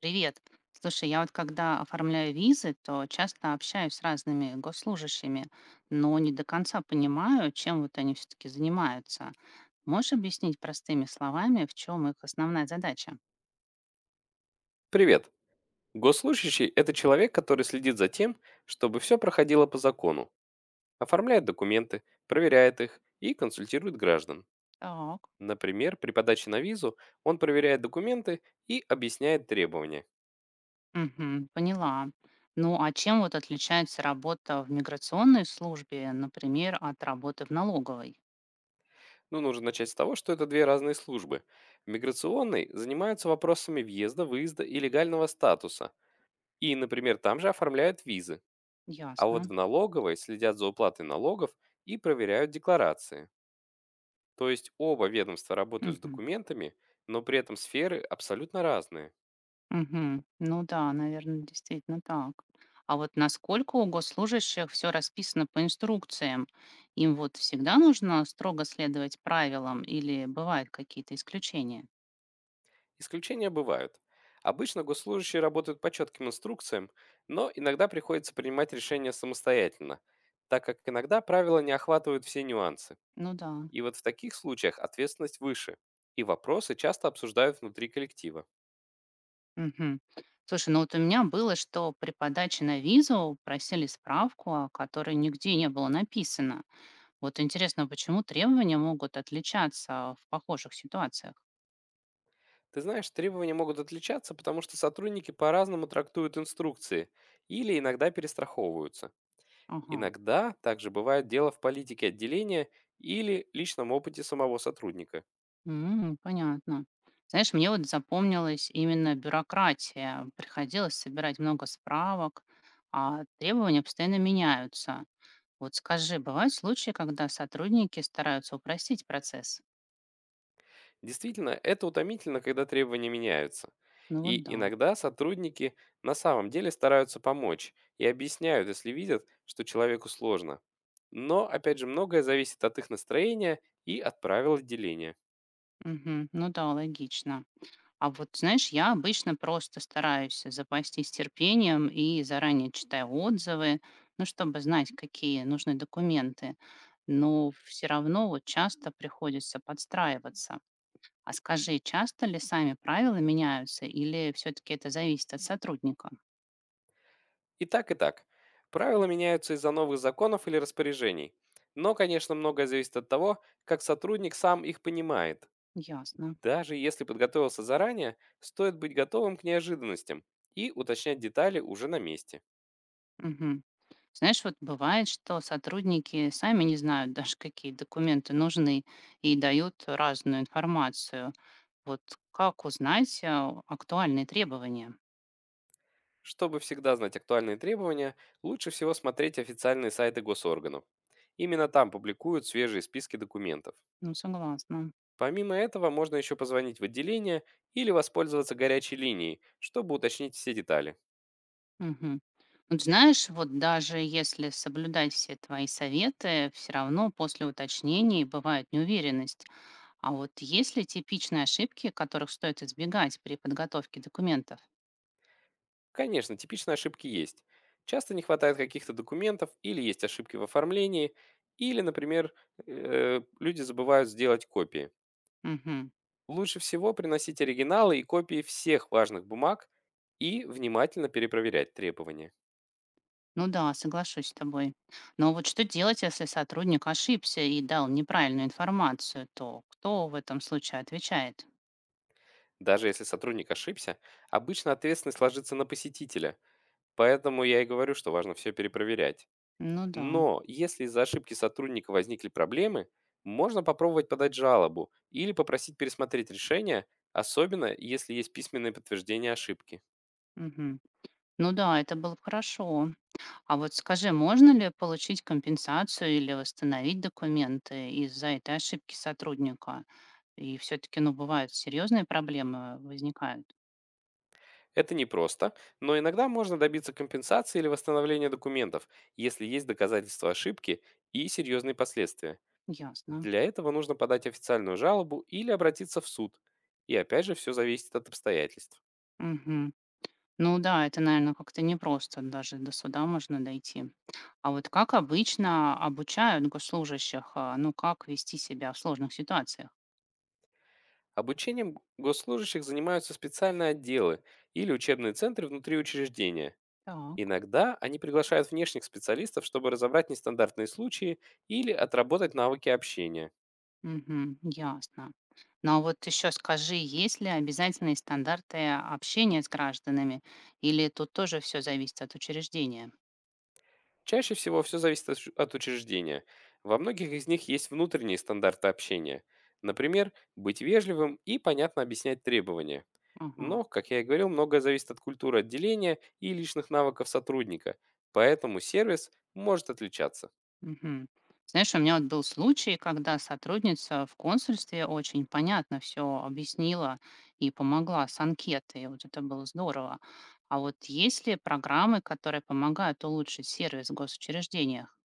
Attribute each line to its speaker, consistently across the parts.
Speaker 1: Привет. Слушай, я вот когда оформляю визы, то часто общаюсь с разными госслужащими, но не до конца понимаю, чем вот они все-таки занимаются. Можешь объяснить простыми словами, в чем их основная задача?
Speaker 2: Привет. Госслужащий– это человек, который следит за тем, чтобы все проходило по закону, оформляет документы, проверяет их и консультирует граждан.
Speaker 1: Так.
Speaker 2: Например, при подаче на визу он проверяет документы и объясняет требования.
Speaker 1: Угу, поняла. Ну а чем вот отличается работа в миграционной службе, например, от работы в налоговой?
Speaker 2: Ну, нужно начать с того, что это две разные службы. В миграционной занимаются вопросами въезда, выезда и легального статуса. И, например, там же оформляют визы. А
Speaker 1: Ясно.
Speaker 2: вот в налоговой следят за уплатой налогов и проверяют декларации. То есть оба ведомства работают с
Speaker 1: Мгм.
Speaker 2: документами, но при этом сферы абсолютно разные.
Speaker 1: Мгм. Ну да, наверное, действительно так. А вот насколько у госслужащих все расписано по инструкциям? Им вот всегда нужно строго следовать правилам или бывают какие-то исключения?
Speaker 2: Исключения бывают. Обычно госслужащие работают по четким инструкциям, но иногда приходится принимать решения самостоятельно, так как иногда правила не охватывают все нюансы.
Speaker 1: Ну да.
Speaker 2: И вот в таких случаях ответственность выше, и вопросы часто обсуждают внутри коллектива.
Speaker 1: Мгм. Слушай, ну вот у меня было, что при подаче на визу просили справку, о которой нигде не было написано. Вот интересно, почему требования могут отличаться в похожих ситуациях?
Speaker 2: Ты знаешь, требования могут отличаться, потому что сотрудники по-разному трактуют инструкции или иногда перестраховываются.
Speaker 1: Ага.
Speaker 2: Иногда также бывает дело в политике отделения или личном опыте самого сотрудника.
Speaker 1: М, понятно. Знаешь, мне вот запомнилась именно бюрократия. Приходилось собирать много справок, а требования постоянно меняются. Вот скажи, бывают случаи, когда сотрудники стараются упростить процесс?
Speaker 2: Действительно, это утомительно, когда требования меняются.
Speaker 1: Ну
Speaker 2: И
Speaker 1: вот да.
Speaker 2: иногда сотрудники на самом деле стараются помочь и объясняют, если видят, что человеку сложно. Но, опять же, многое зависит от их настроения и от правил отделения.
Speaker 1: Мгм. Ну да, логично. А вот, знаешь, я обычно просто стараюсь запастись терпением и заранее читаю отзывы, ну, чтобы знать, какие нужны документы. Но все равно вот часто приходится подстраиваться. А скажи, часто ли сами правила меняются или все-таки это зависит от сотрудника?
Speaker 2: И так, и так. Правила меняются из-за новых законов или распоряжений. Но, конечно, многое зависит от того, как сотрудник сам их понимает.
Speaker 1: Ясно.
Speaker 2: Даже если подготовился заранее, стоит быть готовым к неожиданностям и уточнять детали уже на месте.
Speaker 1: Мгм. Знаешь, вот бывает, что сотрудники сами не знают даже, какие документы нужны и дают разную информацию. Вот как узнать актуальные требования?
Speaker 2: Чтобы всегда знать актуальные требования, лучше всего смотреть официальные сайты госорганов. Именно там публикуют свежие списки документов.
Speaker 1: Ну, согласна.
Speaker 2: Помимо этого, можно еще позвонить в отделение или воспользоваться горячей линией, чтобы уточнить все детали.
Speaker 1: Мгм. Вот знаешь, вот даже если соблюдать все твои советы, все равно после уточнений бывает неуверенность. А вот есть ли типичные ошибки, которых стоит избегать при подготовке документов?
Speaker 2: Конечно, типичные ошибки есть. Часто не хватает каких-то документов или есть ошибки в оформлении, или, например, люди забывают сделать копии.
Speaker 1: Мгм.
Speaker 2: Лучше всего приносить оригиналы и копии всех важных бумаг и внимательно перепроверять требования.
Speaker 1: Ну да, соглашусь с тобой. Но вот что делать, если сотрудник ошибся и дал неправильную информацию, то кто в этом случае отвечает?
Speaker 2: Даже если сотрудник ошибся, обычно ответственность ложится на посетителя, поэтому я и говорю, что важно все перепроверять.
Speaker 1: Ну да.
Speaker 2: Но если из-за ошибки сотрудника возникли проблемы, можно попробовать подать жалобу или попросить пересмотреть решение, особенно если есть письменное подтверждение ошибки.
Speaker 1: Мгм. Ну да, это было бы хорошо. А вот скажи, можно ли получить компенсацию или восстановить документы из-за этой ошибки сотрудника? И все-таки, ну, бывают серьезные проблемы возникают.
Speaker 2: Это непросто, но иногда можно добиться компенсации или восстановления документов, если есть доказательства ошибки и серьезные последствия.
Speaker 1: Ясно.
Speaker 2: Для этого нужно подать официальную жалобу или обратиться в суд. И опять же, все зависит от обстоятельств.
Speaker 1: Мгм. Ну да, это, наверное, как-то непросто, даже до суда можно дойти. А вот как обычно обучают госслужащих, ну, как вести себя в сложных ситуациях?
Speaker 2: Обучением госслужащих занимаются специальные отделы или учебные центры внутри учреждения.
Speaker 1: Так,
Speaker 2: Иногда они приглашают внешних специалистов, чтобы разобрать нестандартные случаи или отработать навыки общения.
Speaker 1: мгм, ясно. Ну, а вот еще скажи, есть ли обязательные стандарты общения с гражданами или тут тоже все зависит от учреждения?
Speaker 2: Чаще всего все зависит от от учреждения. Во многих из них есть внутренние стандарты общения. Например, быть вежливым и понятно объяснять требования.
Speaker 1: Ага.
Speaker 2: Но, как я и говорил, многое зависит от культуры отделения и личных навыков сотрудника, поэтому сервис может отличаться.
Speaker 1: Мгм. Знаешь, у меня вот был случай, когда сотрудница в консульстве очень понятно все объяснила и помогла с анкетой. Вот это было здорово. А вот есть ли программы, которые помогают улучшить сервис в госучреждениях?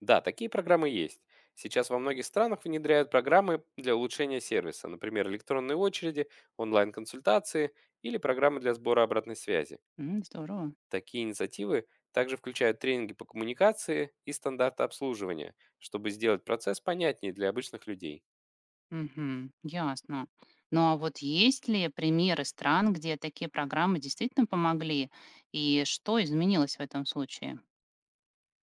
Speaker 2: Да, такие программы есть. Сейчас во многих странах внедряют программы для улучшения сервиса, например, электронные очереди, онлайн-консультации или программы для сбора обратной связи.
Speaker 1: М, здорово.
Speaker 2: Такие инициативы также включают тренинги по коммуникации и стандарты обслуживания, чтобы сделать процесс понятнее для обычных людей.
Speaker 1: Мгм. Ясно. Ну а вот есть ли примеры стран, где такие программы действительно помогли? И что изменилось в этом случае?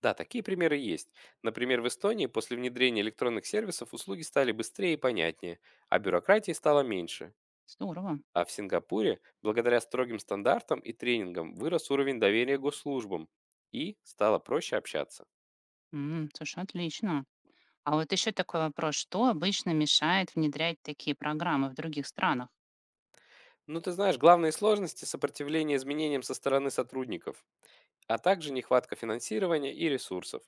Speaker 2: Да, такие примеры есть. Например, в Эстонии после внедрения электронных сервисов услуги стали быстрее и понятнее, а бюрократии стало меньше.
Speaker 1: Здорово.
Speaker 2: А в Сингапуре, благодаря строгим стандартам и тренингам, вырос уровень доверия к госслужбам и стало проще общаться.
Speaker 1: М, слушай, отлично. А вот еще такой вопрос, что обычно мешает внедрять такие программы в других странах?
Speaker 2: Ну, ты знаешь, главные сложности– сопротивление изменениям со стороны сотрудников, а также нехватка финансирования и ресурсов.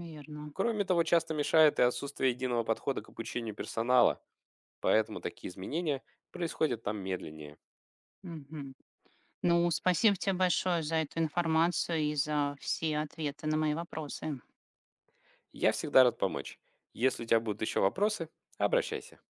Speaker 1: Верно.
Speaker 2: Кроме того, часто мешает и отсутствие единого подхода к обучению персонала, поэтому такие изменения происходят там медленнее.
Speaker 1: Мгм. Ну, спасибо тебе большое за эту информацию и за все ответы на мои вопросы.
Speaker 2: Я всегда рад помочь. Если у тебя будут еще вопросы, обращайся.